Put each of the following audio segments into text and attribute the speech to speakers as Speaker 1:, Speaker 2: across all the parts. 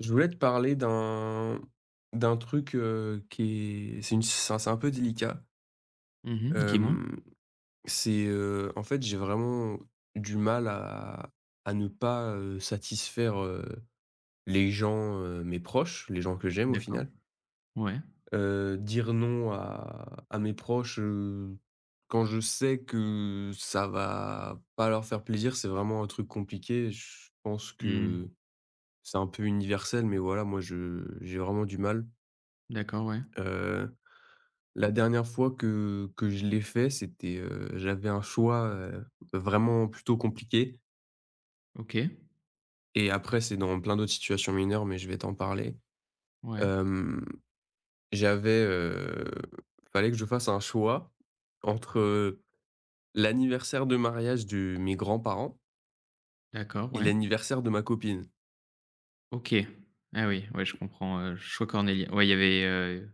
Speaker 1: Je voulais te parler d'un truc, qui est c'est une c'est un peu délicat.
Speaker 2: Mmh mh. Dis-moi.
Speaker 1: Hem, c'est, en fait, j'ai vraiment du mal à ne pas, satisfaire, les gens, mes proches, les gens que j'aime au
Speaker 2: D'accord.
Speaker 1: final.
Speaker 2: Ouais.
Speaker 1: Dire non à mes proches, quand je sais que ça va pas leur faire plaisir, c'est vraiment un truc compliqué. Je pense
Speaker 2: Mmh.
Speaker 1: que c'est un peu universel, mais voilà, moi je j'ai vraiment du mal.
Speaker 2: D'accord, ouais.
Speaker 1: Heu, la dernière fois que je l'ai fait, c'était, j'avais un choix, vraiment plutôt compliqué,
Speaker 2: OK.
Speaker 1: et après c'est dans plein d'autres situations mineures, mais je vais t'en parler.
Speaker 2: Ouais.
Speaker 1: Hem, J'avais, fallait que je fasse un choix entre, l'anniversaire de mariage de mes grands-parents
Speaker 2: D'accord,
Speaker 1: et
Speaker 2: ouais.
Speaker 1: l'anniversaire de ma copine.
Speaker 2: OK. Ah oui, ouais, je comprends, choix cornélien. Ouais,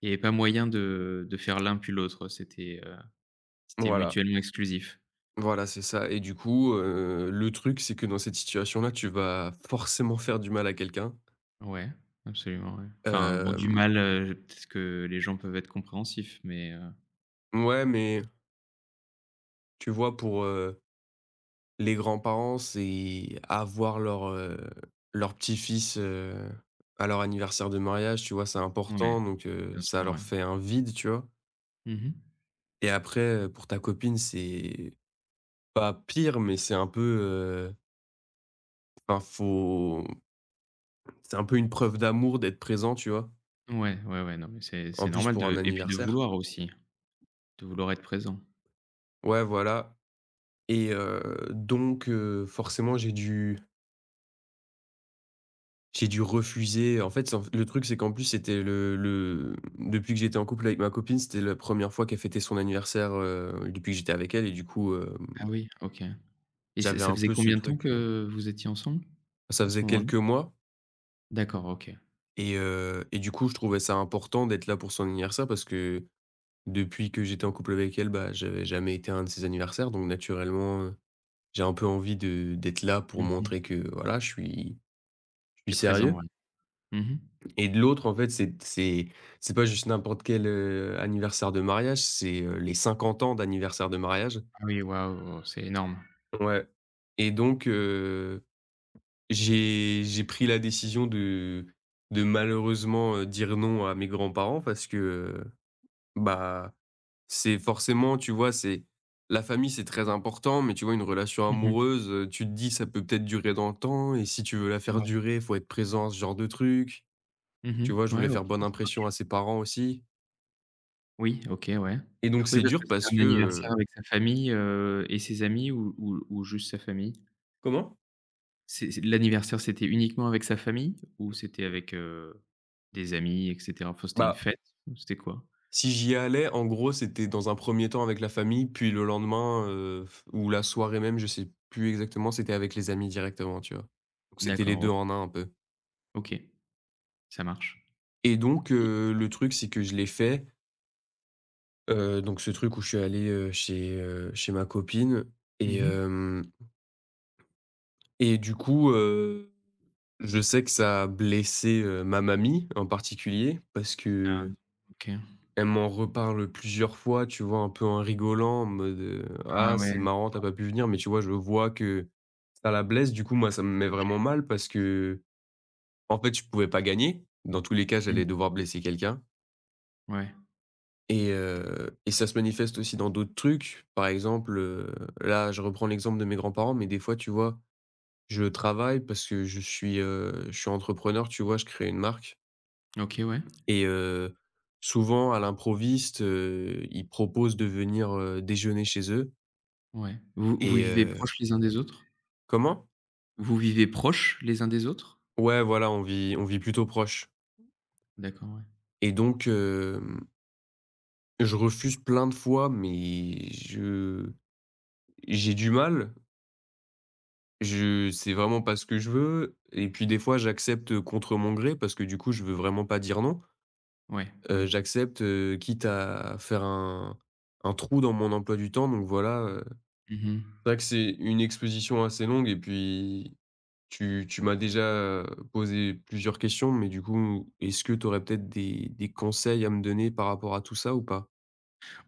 Speaker 2: il y avait pas moyen de faire l'un puis l'autre. C'était
Speaker 1: Voilà,
Speaker 2: mutuellement exclusif.
Speaker 1: voilà, c'est ça. Et du coup, le truc, c'est que dans cette situation-là, tu vas forcément faire du mal à quelqu'un.
Speaker 2: Ouais, absolument, ouais. Enfin, bon, du
Speaker 1: Hem,
Speaker 2: mal, peut-être que les gens peuvent être compréhensifs, mais,
Speaker 1: ouais, mais tu vois, pour, les grands-parents, c'est avoir leur, leur petit-fils, à leur anniversaire de mariage, tu vois? C'est
Speaker 2: ouais,
Speaker 1: important, donc
Speaker 2: bien
Speaker 1: ça
Speaker 2: sûr,
Speaker 1: leur
Speaker 2: ouais.
Speaker 1: fait un vide, tu vois?
Speaker 2: Mmh mh.
Speaker 1: Et après, pour ta copine, c'est pas pire, mais c'est un peu, enfin, faut c'est un peu une preuve d'amour d'être présent, tu vois?
Speaker 2: Ouais, ouais, ouais, non, mais c'est
Speaker 1: En
Speaker 2: c'est
Speaker 1: plus
Speaker 2: normal
Speaker 1: pour un
Speaker 2: de et puis de
Speaker 1: anniversaire.
Speaker 2: vouloir aussi, de vouloir être présent.
Speaker 1: Ouais, voilà, et donc forcément, j'ai dû refuser. En fait, c'est le truc, c'est qu'en plus, c'était le depuis que j'étais en couple avec ma copine, c'était la première fois qu'elle fêtait son anniversaire, depuis que j'étais avec elle. Et du coup,
Speaker 2: Ah oui, OK. Et ça
Speaker 1: j'avais
Speaker 2: ça
Speaker 1: un
Speaker 2: faisait
Speaker 1: peu ce
Speaker 2: combien de temps
Speaker 1: truc,
Speaker 2: que vous étiez ensemble,
Speaker 1: ça
Speaker 2: à ce
Speaker 1: faisait
Speaker 2: moment-là?
Speaker 1: quelques mois.
Speaker 2: D'accord, OK.
Speaker 1: Et et du coup, je trouvais ça important d'être là pour son anniversaire parce que depuis que j'étais en couple avec elle, bah, j'avais jamais été à un de ses anniversaires, donc naturellement, j'ai un peu envie de d'être là pour
Speaker 2: Mmh mh.
Speaker 1: montrer que voilà, je suis
Speaker 2: Présent,
Speaker 1: sérieux.
Speaker 2: ouais. Mmh.
Speaker 1: Et de l'autre, en fait, c'est c'est pas juste n'importe quel, anniversaire de mariage, c'est, les 50 ans d'anniversaire de mariage.
Speaker 2: Ah oui, waouh, c'est énorme.
Speaker 1: Ouais. Et donc j'ai pris la décision de malheureusement, dire non à mes grands-parents parce que, bah, c'est forcément, tu vois, c'est la famille, c'est très important, mais tu vois, une relation
Speaker 2: Mmh.
Speaker 1: amoureuse, tu te dis: «Ça peut peut-être durer dans le temps et si tu veux la faire
Speaker 2: Ouais.
Speaker 1: durer, faut être présent», à ce genre de truc. Tu
Speaker 2: Mmh.
Speaker 1: vois, je
Speaker 2: Ouais,
Speaker 1: voulais
Speaker 2: OK,
Speaker 1: faire bonne
Speaker 2: ça
Speaker 1: impression
Speaker 2: marche.
Speaker 1: à ses parents aussi.
Speaker 2: Oui, OK, ouais.
Speaker 1: Et donc
Speaker 2: Oui,
Speaker 1: c'est
Speaker 2: parce
Speaker 1: dur
Speaker 2: que c'était
Speaker 1: parce
Speaker 2: un
Speaker 1: que,
Speaker 2: anniversaire avec sa famille, et ses amis ou ou juste sa famille?
Speaker 1: comment?
Speaker 2: C'est l'anniversaire, c'était uniquement avec sa famille ou c'était avec, des amis et cetera? Enfin, c'était une
Speaker 1: Bah,
Speaker 2: fête ou c'était quoi?
Speaker 1: si j'y allais, en gros, c'était dans un premier temps avec la famille, puis le lendemain, ou la soirée même, je sais plus exactement, c'était avec les amis directement, tu vois? Donc c'était les
Speaker 2: D'accord,
Speaker 1: 2
Speaker 2: OK.
Speaker 1: en un peu.
Speaker 2: OK, ça marche.
Speaker 1: Et donc
Speaker 2: Et
Speaker 1: le truc, c'est que je l'ai fait, donc ce truc où je suis allé, chez, chez ma copine. et
Speaker 2: mmh.
Speaker 1: hem et du coup, je sais que ça a blessé, ma mamie en particulier parce
Speaker 2: Ah,
Speaker 1: que
Speaker 2: OK.
Speaker 1: elle m'en reparle plusieurs fois, tu vois? Un peu en rigolant, en mode, «Ah,
Speaker 2: Ah ouais.
Speaker 1: c'est marrant, t'as pas pu venir», mais tu vois, je vois que ça la blesse. Du coup, moi, ça me met vraiment mal parce que, en fait, je pouvais pas gagner. Dans tous les cas, j'allais devoir blesser quelqu'un.
Speaker 2: Ouais.
Speaker 1: Et et ça se manifeste aussi dans d'autres trucs. Par exemple, là, je reprends l'exemple de mes grands-parents, mais des fois, tu vois, je travaille parce que je suis entrepreneur, tu vois? Je crée une marque,
Speaker 2: OK, ouais.
Speaker 1: et souvent, à l'improviste, ils proposent de venir, déjeuner chez eux.
Speaker 2: Ouais. Vous
Speaker 1: Et
Speaker 2: vivez
Speaker 1: heu
Speaker 2: proches les uns des autres?
Speaker 1: Comment?
Speaker 2: Vous vivez proches les uns des autres?
Speaker 1: Ouais, voilà, on vit plutôt proche,
Speaker 2: D'accord, ouais.
Speaker 1: et donc hem, je refuse plein de fois, mais je j'ai du mal. Je C'est vraiment pas ce que je veux, et puis des fois, j'accepte, contre mon gré parce que du coup, je veux vraiment pas dire non.
Speaker 2: Ouais, oui.
Speaker 1: J'accepte, quitte à faire un trou dans mon emploi du temps, donc voilà, heu,
Speaker 2: Mmh mh.
Speaker 1: c'est vrai que c'est une exposition assez longue. Et puis tu m'as déjà, posé plusieurs questions, mais du coup, est-ce que tu aurais peut-être des conseils à me donner par rapport à tout ça ou pas?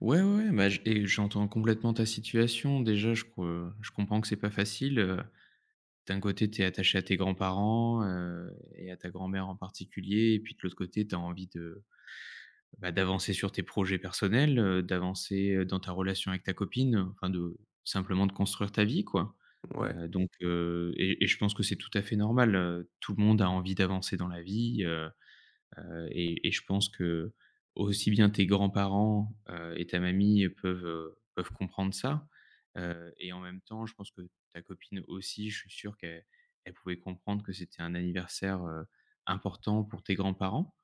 Speaker 2: Ouais, ouais, ouais, bah, j et j'entends complètement ta situation. Déjà, je co je comprends que c'est pas facile, d'un côté, tu es attaché à tes grands-parents, et à ta grand-mère en particulier et puis de l'autre côté, tu as envie de bah, d'avancer sur tes projets personnels, d'avancer, dans ta relation avec ta copine, enfin de simplement de construire ta vie quoi.
Speaker 1: Ouais.
Speaker 2: Donc et je pense que c'est tout à fait normal, tout le monde a envie d'avancer dans la vie. Et je pense que, aussi bien tes grands-parents, et ta mamie peuvent, peuvent comprendre ça. Et en même temps, je pense que ta copine aussi, je suis sûr qu'elle elle pouvait comprendre que c'était un anniversaire, important pour tes grands-parents.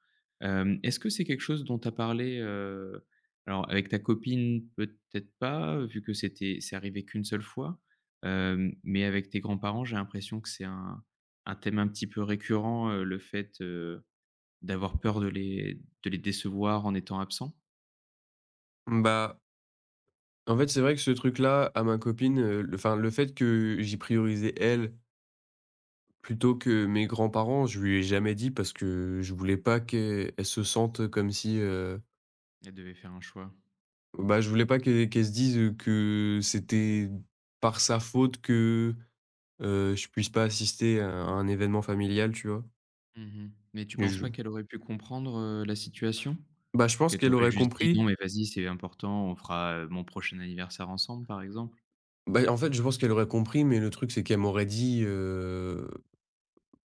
Speaker 2: Hem, est-ce que c'est quelque chose dont tu as parlé, alors avec ta copine, peut-être pas, vu que c'était c'est arrivé qu'une seule fois. Hem, mais avec tes grands-parents, j'ai l'impression que c'est un thème un petit peu récurrent, le fait, d'avoir peur de les décevoir en étant absent?
Speaker 1: Bah, en fait, c'est vrai que ce truc-là, à ma copine, le enfin, le fait que j'ai priorisé elle plutôt que mes grands-parents, je lui ai jamais dit parce que je voulais pas qu'elle elle se sente comme si,
Speaker 2: Elle devait faire un choix.
Speaker 1: bah, je voulais pas qu'elle se dise, que c'était par sa faute que je puisse pas assister à un événement familial, tu vois?
Speaker 2: Mmh. Mais tu
Speaker 1: Et
Speaker 2: penses
Speaker 1: je
Speaker 2: pas qu'elle aurait pu comprendre, la situation?
Speaker 1: Bah, je pense
Speaker 2: Qu'elle
Speaker 1: qu'elle
Speaker 2: t'aurait
Speaker 1: aurait
Speaker 2: juste dit: «Non
Speaker 1: compris.
Speaker 2: mais vas-y, c'est important, on fera, mon prochain anniversaire ensemble», par exemple?
Speaker 1: Bah, en fait, je pense qu'elle aurait compris, mais le truc, c'est qu'elle m'aurait dit,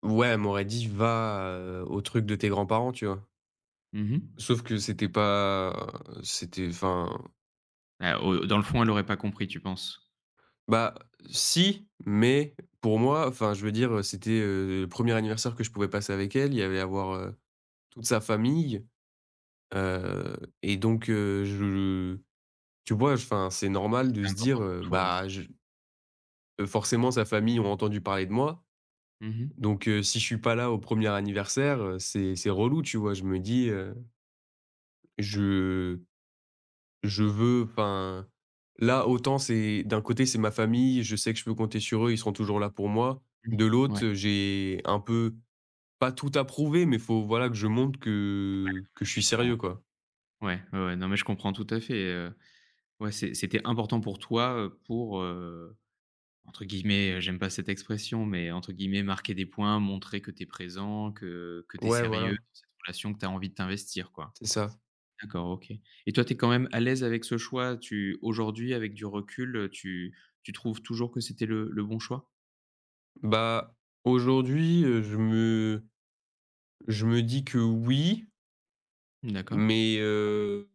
Speaker 1: ouais, elle m'aurait dit: «Va, au truc de tes grands-parents», tu vois?
Speaker 2: Mmh.
Speaker 1: Sauf que c'était enfin,
Speaker 2: Ah, au dans le fond, elle aurait pas compris, tu penses?
Speaker 1: bah, si, mais pour moi, enfin, je veux dire, c'était, le premier anniversaire que je pouvais passer avec elle. Il y allait avoir, toute sa famille, heu et donc je tu vois? Enfin, c'est normal de
Speaker 2: C'était
Speaker 1: se dire,
Speaker 2: important pour toi aussi.
Speaker 1: bah, je forcément sa famille ont entendu parler de moi,
Speaker 2: Mmh mh.
Speaker 1: donc si je suis pas là au premier anniversaire, c'est relou, tu vois? Je me dis, je je veux enfin, là, autant c'est d'un côté, c'est ma famille, je sais que je peux compter sur eux, ils seront toujours là pour moi.
Speaker 2: Mmh.
Speaker 1: De l'autre,
Speaker 2: Ouais,
Speaker 1: j'ai un peu pas tout à prouver, mais faut, voilà, que je montre que
Speaker 2: je
Speaker 1: je suis
Speaker 2: comprends.
Speaker 1: sérieux, quoi.
Speaker 2: Ouais, ouais, ouais, non, mais je comprends tout à fait, ouais, c'était important pour toi, pour, entre guillemets, j'aime pas cette expression- mais entre guillemets, «marquer des points», montrer que tu es présent, que tu es
Speaker 1: Ouais,
Speaker 2: sérieux. Oui.
Speaker 1: voilà,
Speaker 2: Dans cette relation, que tu as envie de t'investir, quoi.
Speaker 1: c'est ça.
Speaker 2: D'accord, OK et toi, tu es quand même à l'aise avec ce choix? Tu aujourd'hui, avec du recul, tu trouves toujours que c'était le bon choix?
Speaker 1: Bah, aujourd'hui, je me dis que oui,
Speaker 2: D'accord,
Speaker 1: mais heu,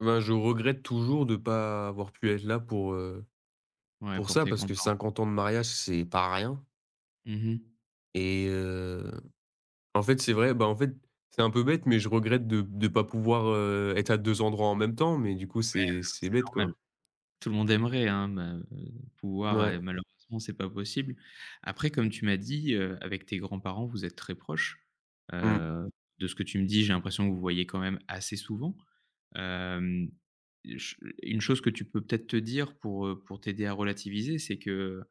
Speaker 1: ben, je regrette toujours de pas avoir pu être là
Speaker 2: ouais,
Speaker 1: pour
Speaker 2: pour
Speaker 1: ça
Speaker 2: tes
Speaker 1: parce que
Speaker 2: grands-parents.
Speaker 1: 50 ans de mariage, c'est pas rien,
Speaker 2: Mmh.
Speaker 1: et en fait, c'est vrai, bah, en fait, c'est un peu bête, mais je regrette de pas pouvoir, être à 2 endroits en même temps, mais du coup, c'est
Speaker 2: C'est
Speaker 1: bête,
Speaker 2: normal.
Speaker 1: quoi.
Speaker 2: Tout le monde aimerait, hein, me pouvoir
Speaker 1: Ouais,
Speaker 2: et malheureusement, c'est pas possible. Après, comme tu m'as dit, avec tes grands-parents, vous êtes très proches.
Speaker 1: mmh,
Speaker 2: Heu, de ce que tu me dis, j'ai l'impression que vous voyez quand même assez souvent. Hem, je une chose que tu peux peut-être te dire pour t'aider à relativiser, c'est que,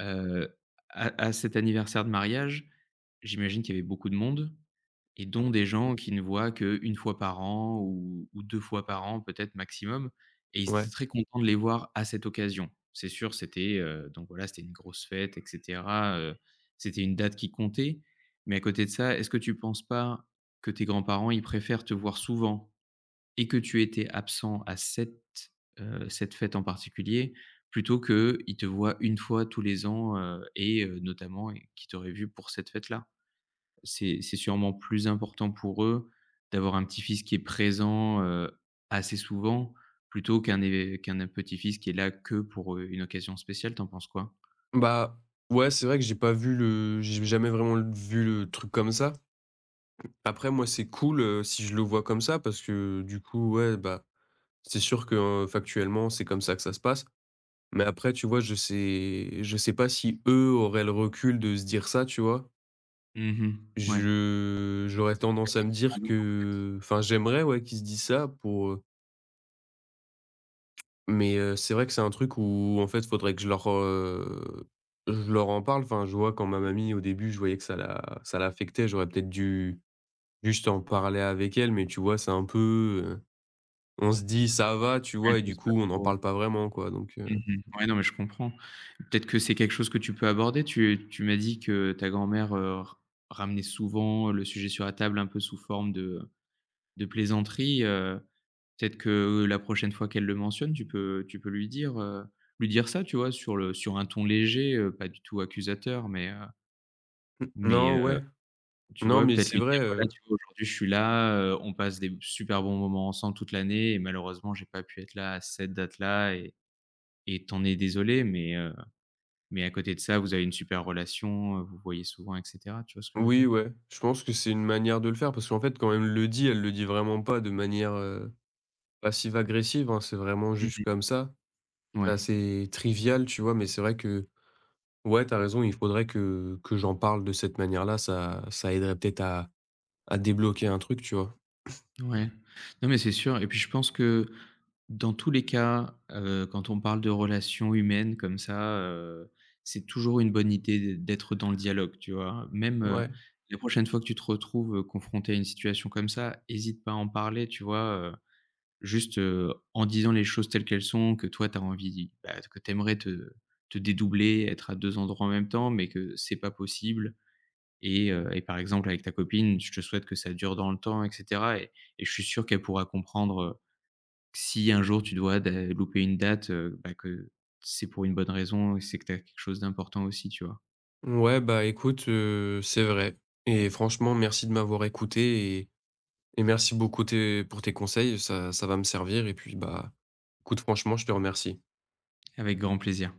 Speaker 2: heu, à cet anniversaire de mariage, j'imagine qu'il y avait beaucoup de monde. Et dont des gens qui ne voient qu'1 fois par an ou 2 fois par an peut-être maximum et ils
Speaker 1: ouais.
Speaker 2: étaient très contents de les voir à cette occasion. C'est sûr, c'était, donc voilà, c'était une grosse fête et cetera, c'était une date qui comptait. Mais à côté de ça, est-ce que tu penses pas que tes grands-parents, ils préfèrent te voir souvent et que tu étais absent à cette, cette fête en particulier, plutôt qu'ils te voient une fois tous les ans, et notamment qui qu'ils t'auraient vu pour cette fête-là? C'est sûrement plus important pour eux d'avoir un petit-fils qui est présent, assez souvent, plutôt qu'un é qu'un petit-fils qui est là que pour, une occasion spéciale. T'en penses quoi?
Speaker 1: Bah, ouais, c'est vrai que j'ai jamais vraiment l vu le truc comme ça. Après, moi, c'est cool, si je le vois comme ça parce que, du coup, ouais, bah, c'est sûr que, factuellement, c'est comme ça que ça se passe. Mais après, tu vois, je sais pas si eux auraient le recul de se dire ça, tu vois?
Speaker 2: Mmh. Ouais.
Speaker 1: Je J'aurais tendance à
Speaker 2: Quelqu'un
Speaker 1: me
Speaker 2: qui
Speaker 1: dire
Speaker 2: t'embête, en fait.
Speaker 1: que enfin, j'aimerais, ouais, qu'ils se disent ça pour, mais c'est vrai que c'est un truc où, en fait, faudrait que je leur en parle. Enfin, je vois quand ma mamie, au début, je voyais que ça l'affectait, j'aurais peut-être dû juste en parler avec elle, mais tu vois, c'est un peu, on se dit: «Ça va», tu
Speaker 2: Ouais,
Speaker 1: vois? Et
Speaker 2: tu
Speaker 1: du
Speaker 2: pas
Speaker 1: coup, on n'en
Speaker 2: trop.
Speaker 1: parle pas vraiment, quoi, donc
Speaker 2: Mmh. Ouais, non, mais je comprends. Peut-être que c'est quelque chose que tu peux aborder. Tu tu m'as dit que ta grand-mère, r ramenait souvent le sujet sur la table un peu sous forme de plaisanterie. Peut-être que la prochaine fois qu'elle le mentionne, tu peux lui dire ça, tu vois? Sur le sur un ton léger, pas du tout accusateur, mais,
Speaker 1: non, ouais.
Speaker 2: tu
Speaker 1: Non,
Speaker 2: vois?
Speaker 1: mais
Speaker 2: Peut-être
Speaker 1: c'est
Speaker 2: lui dire:
Speaker 1: vrai,
Speaker 2: «Voilà,
Speaker 1: heu,
Speaker 2: tu vois, aujourd'hui, je suis là, on passe des super bons moments ensemble toute l'année et malheureusement, j'ai pas pu être là à cette date-là et t'en es désolé, mais à côté de ça, vous avez une super relation, vous voyez souvent» et cetera. Tu vois ce que je veux dire?
Speaker 1: oui, ouais, je pense que c'est une manière de le faire parce qu'en fait, quand elle me le dit, elle le dit vraiment pas de manière, passive-agressive, hein, c'est vraiment juste
Speaker 2: Mmh.
Speaker 1: comme ça. C'est
Speaker 2: Ouais,
Speaker 1: assez trivial, tu vois? Mais c'est vrai que, ouais, t'as raison, il faudrait que j'en parle de cette manière-là, ça aiderait peut-être à débloquer un truc, tu vois?
Speaker 2: ouais. Non, mais c'est sûr et puis je pense que dans tous les cas, quand on parle de relations humaines comme ça, c'est toujours une bonne idée d'être dans le dialogue, tu vois? Même,
Speaker 1: Ouais.
Speaker 2: la prochaine fois que tu te retrouves, confronté à une situation comme ça, hésite pas à en parler, tu vois? Juste, en disant les choses telles qu'elles sont, que toi tu as envie bah, que tu aimerais te te dédoubler, être à 2 endroits en même temps, mais que c'est pas possible et par exemple avec ta copine, je te souhaite que ça dure dans le temps et cetera et je suis sûr qu'elle pourra comprendre, si un jour tu dois da louper une date, bah, que c'est pour une bonne raison et c'est que tu as quelque chose d'important aussi, tu vois?
Speaker 1: Ouais, bah, écoute, c'est vrai et franchement, merci de m'avoir écouté et merci beaucoup tes pour tes conseils, ça va me servir, et puis, bah, écoute, franchement, je te remercie.
Speaker 2: Avec grand plaisir.